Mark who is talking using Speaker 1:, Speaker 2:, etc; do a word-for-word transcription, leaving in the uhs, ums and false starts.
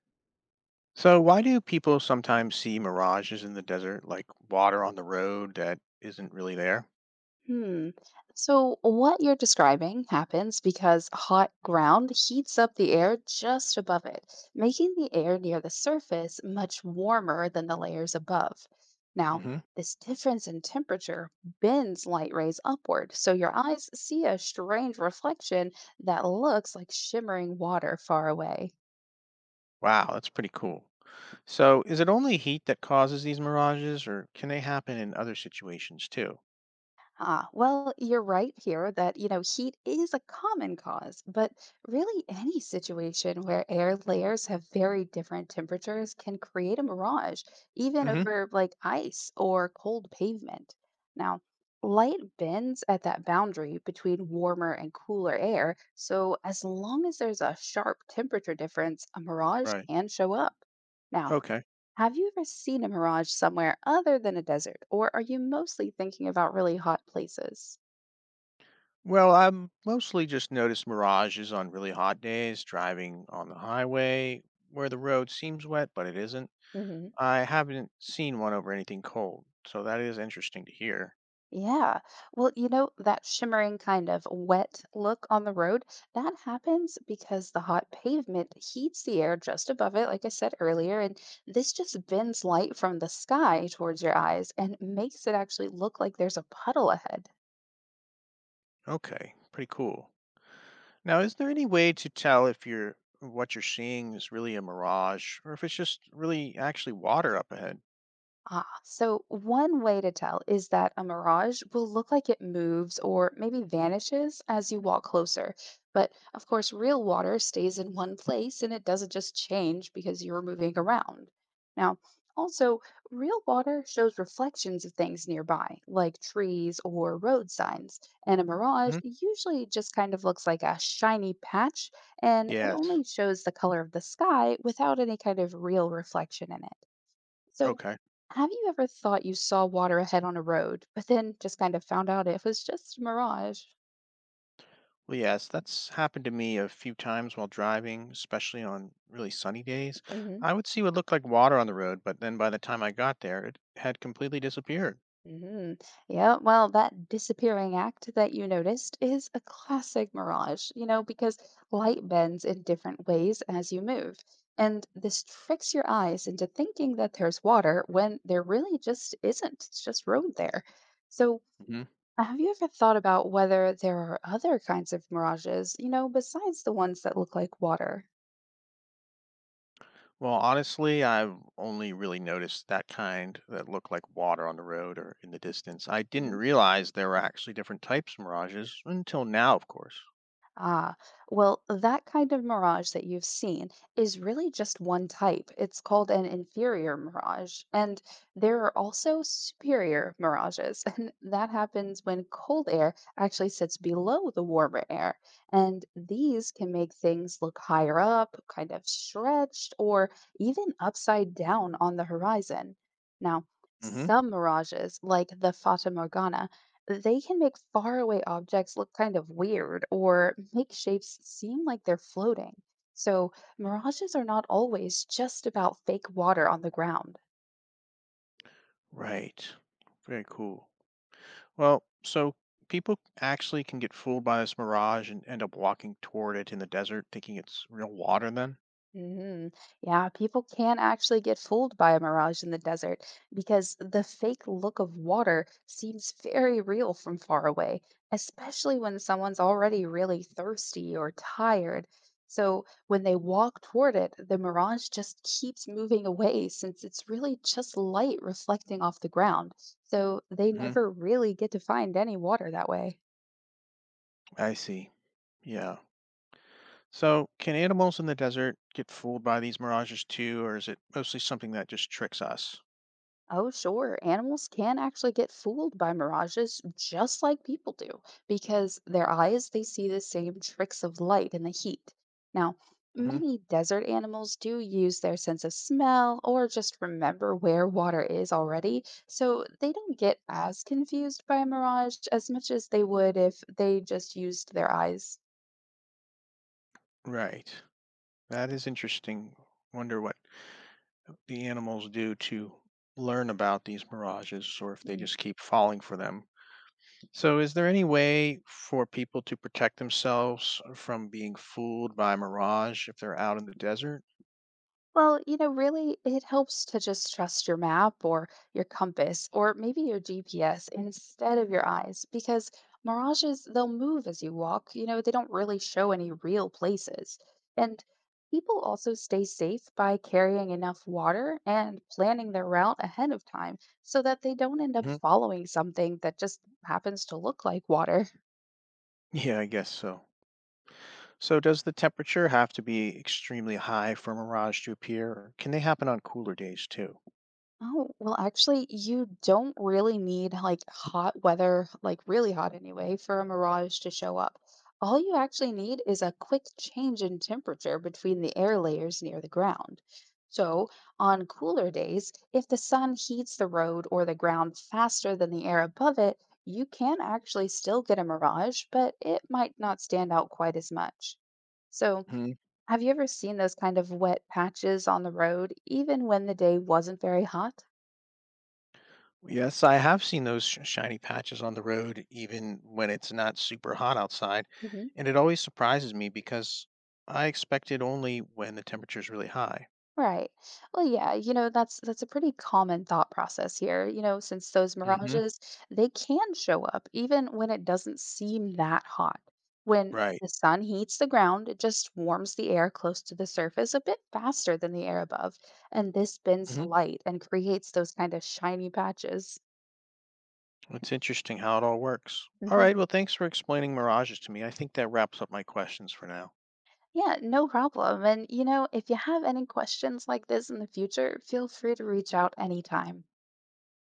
Speaker 1: So, why do people sometimes see mirages in the desert, like water on the road that isn't really there?
Speaker 2: Hmm. So, what you're describing happens because hot ground heats up the air just above it, making the air near the surface much warmer than the layers above. Now,
Speaker 1: hmm
Speaker 2: this difference in temperature bends light rays upward, so your eyes see a strange reflection that looks like shimmering water far away.
Speaker 1: Wow, that's pretty cool. So, is it only heat that causes these mirages, or can they happen in other situations too?
Speaker 2: Ah, well, you're right here that, you know, heat is a common cause, but really any situation where air layers have very different temperatures can create a mirage, even
Speaker 1: hmm
Speaker 2: over like ice or cold pavement. Now, light bends at that boundary between warmer and cooler air, so as long as there's a sharp temperature difference, a mirage
Speaker 1: Right.
Speaker 2: can show up. Now,
Speaker 1: Okay.
Speaker 2: have you ever seen a mirage somewhere other than a desert, or are you mostly thinking about really hot places?
Speaker 1: Well, I've mostly just noticed mirages on really hot days, driving on the highway where the road seems wet, but it isn't.
Speaker 2: Hmm.
Speaker 1: I haven't seen one over anything cold, so that is interesting to hear.
Speaker 2: Yeah. Well, you know, that shimmering kind of wet look on the road, that happens because the hot pavement heats the air just above it, like I said earlier, and this just bends light from the sky towards your eyes and makes it actually look like there's a puddle ahead.
Speaker 1: Okay, pretty cool. Now, is there any way to tell if you're what you're seeing is really a mirage or if it's just really actually water up ahead?
Speaker 2: Ah, so one way to tell is that a mirage will look like it moves or maybe vanishes as you walk closer. But of course, real water stays in one place and it doesn't just change because you're moving around. Now, also, real water shows reflections of things nearby, like trees or road signs, and a mirage
Speaker 1: hmm
Speaker 2: usually just kind of looks like a shiny patch, and it
Speaker 1: Yes.
Speaker 2: only shows the color of the sky without any kind of real reflection in it. So,
Speaker 1: Okay.
Speaker 2: have you ever thought you saw water ahead on a road, but then just kind of found out it was just a mirage?
Speaker 1: Well, yes, that's happened to me a few times while driving, especially on really sunny days.
Speaker 2: Hmm.
Speaker 1: I would see what looked like water on the road, but then by the time I got there, it had completely disappeared.
Speaker 2: Hmm. Yeah, well, that disappearing act that you noticed is a classic mirage, you know, because light bends in different ways as you move. And this tricks your eyes into thinking that there's water when there really just isn't. It's just road there. So,
Speaker 1: hmm
Speaker 2: have you ever thought about whether there are other kinds of mirages, you know, besides the ones that look like water?
Speaker 1: Well, honestly, I've only really noticed that kind that looked like water on the road or in the distance. I didn't realize there were actually different types of mirages until now, of course.
Speaker 2: Ah, well, that kind of mirage that you've seen is really just one type. It's called an inferior mirage. And there are also superior mirages. And that happens when cold air actually sits below the warmer air. And these can make things look higher up, kind of stretched, or even upside down on the horizon. Now,
Speaker 1: hmm
Speaker 2: some mirages, like the Fata Morgana, they can make faraway objects look kind of weird or make shapes seem like they're floating. So, mirages are not always just about fake water on the ground.
Speaker 1: Right. Very cool. Well, so people actually can get fooled by this mirage and end up walking toward it in the desert, thinking it's real water then?
Speaker 2: Hmm. Yeah, people can actually get fooled by a mirage in the desert because the fake look of water seems very real from far away, especially when someone's already really thirsty or tired. So when they walk toward it, the mirage just keeps moving away since it's really just light reflecting off the ground. So they
Speaker 1: hmm
Speaker 2: never really get to find any water that way.
Speaker 1: I see. Yeah. So can animals in the desert get fooled by these mirages too, or is it mostly something that just tricks us?
Speaker 2: Oh, sure. Animals can actually get fooled by mirages just like people do because their eyes, they see the same tricks of light and the heat. Now,
Speaker 1: hmm
Speaker 2: many desert animals do use their sense of smell or just remember where water is already, so they don't get as confused by a mirage as much as they would if they just used their eyes.
Speaker 1: Right. That is interesting. Wonder what the animals do to learn about these mirages or if they just keep falling for them. So, is there any way for people to protect themselves from being fooled by mirage if they're out in the desert?
Speaker 2: Well, you know, really, it helps to just trust your map or your compass or maybe your G P S instead of your eyes because mirages, they'll move as you walk. You know, they don't really show any real places. And people also stay safe by carrying enough water and planning their route ahead of time so that they don't end up
Speaker 1: hmm
Speaker 2: following something that just happens to look like water.
Speaker 1: Yeah, I guess so. So, does the temperature have to be extremely high for mirage to appear, or can they happen on cooler days too?
Speaker 2: Oh, well, actually, you don't really need like hot weather, like really hot anyway, for a mirage to show up. All you actually need is a quick change in temperature between the air layers near the ground. So, on cooler days, if the sun heats the road or the ground faster than the air above it, you can actually still get a mirage, but it might not stand out quite as much. So,
Speaker 1: hmm
Speaker 2: have you ever seen those kind of wet patches on the road, even when the day wasn't very hot?
Speaker 1: Yes, I have seen those sh- shiny patches on the road, even when it's not super hot outside,
Speaker 2: Hmm.
Speaker 1: and it always surprises me because I expect it only when the temperature's really high.
Speaker 2: Right. Well, yeah, you know, that's that's a pretty common thought process here, you know, since those
Speaker 1: hmm
Speaker 2: mirages, they can show up even when it doesn't seem that hot. When
Speaker 1: Right.
Speaker 2: the sun heats the ground, it just warms the air close to the surface a bit faster than the air above, and this bends the light and creates those kind of shiny patches.
Speaker 1: It's interesting how it all works. All right.
Speaker 2: Hmm.
Speaker 1: Well, thanks for explaining mirages to me. I think that wraps up my questions for now.
Speaker 2: Yeah, no problem. And you know, if you have any questions like this in the future, feel free to reach out anytime.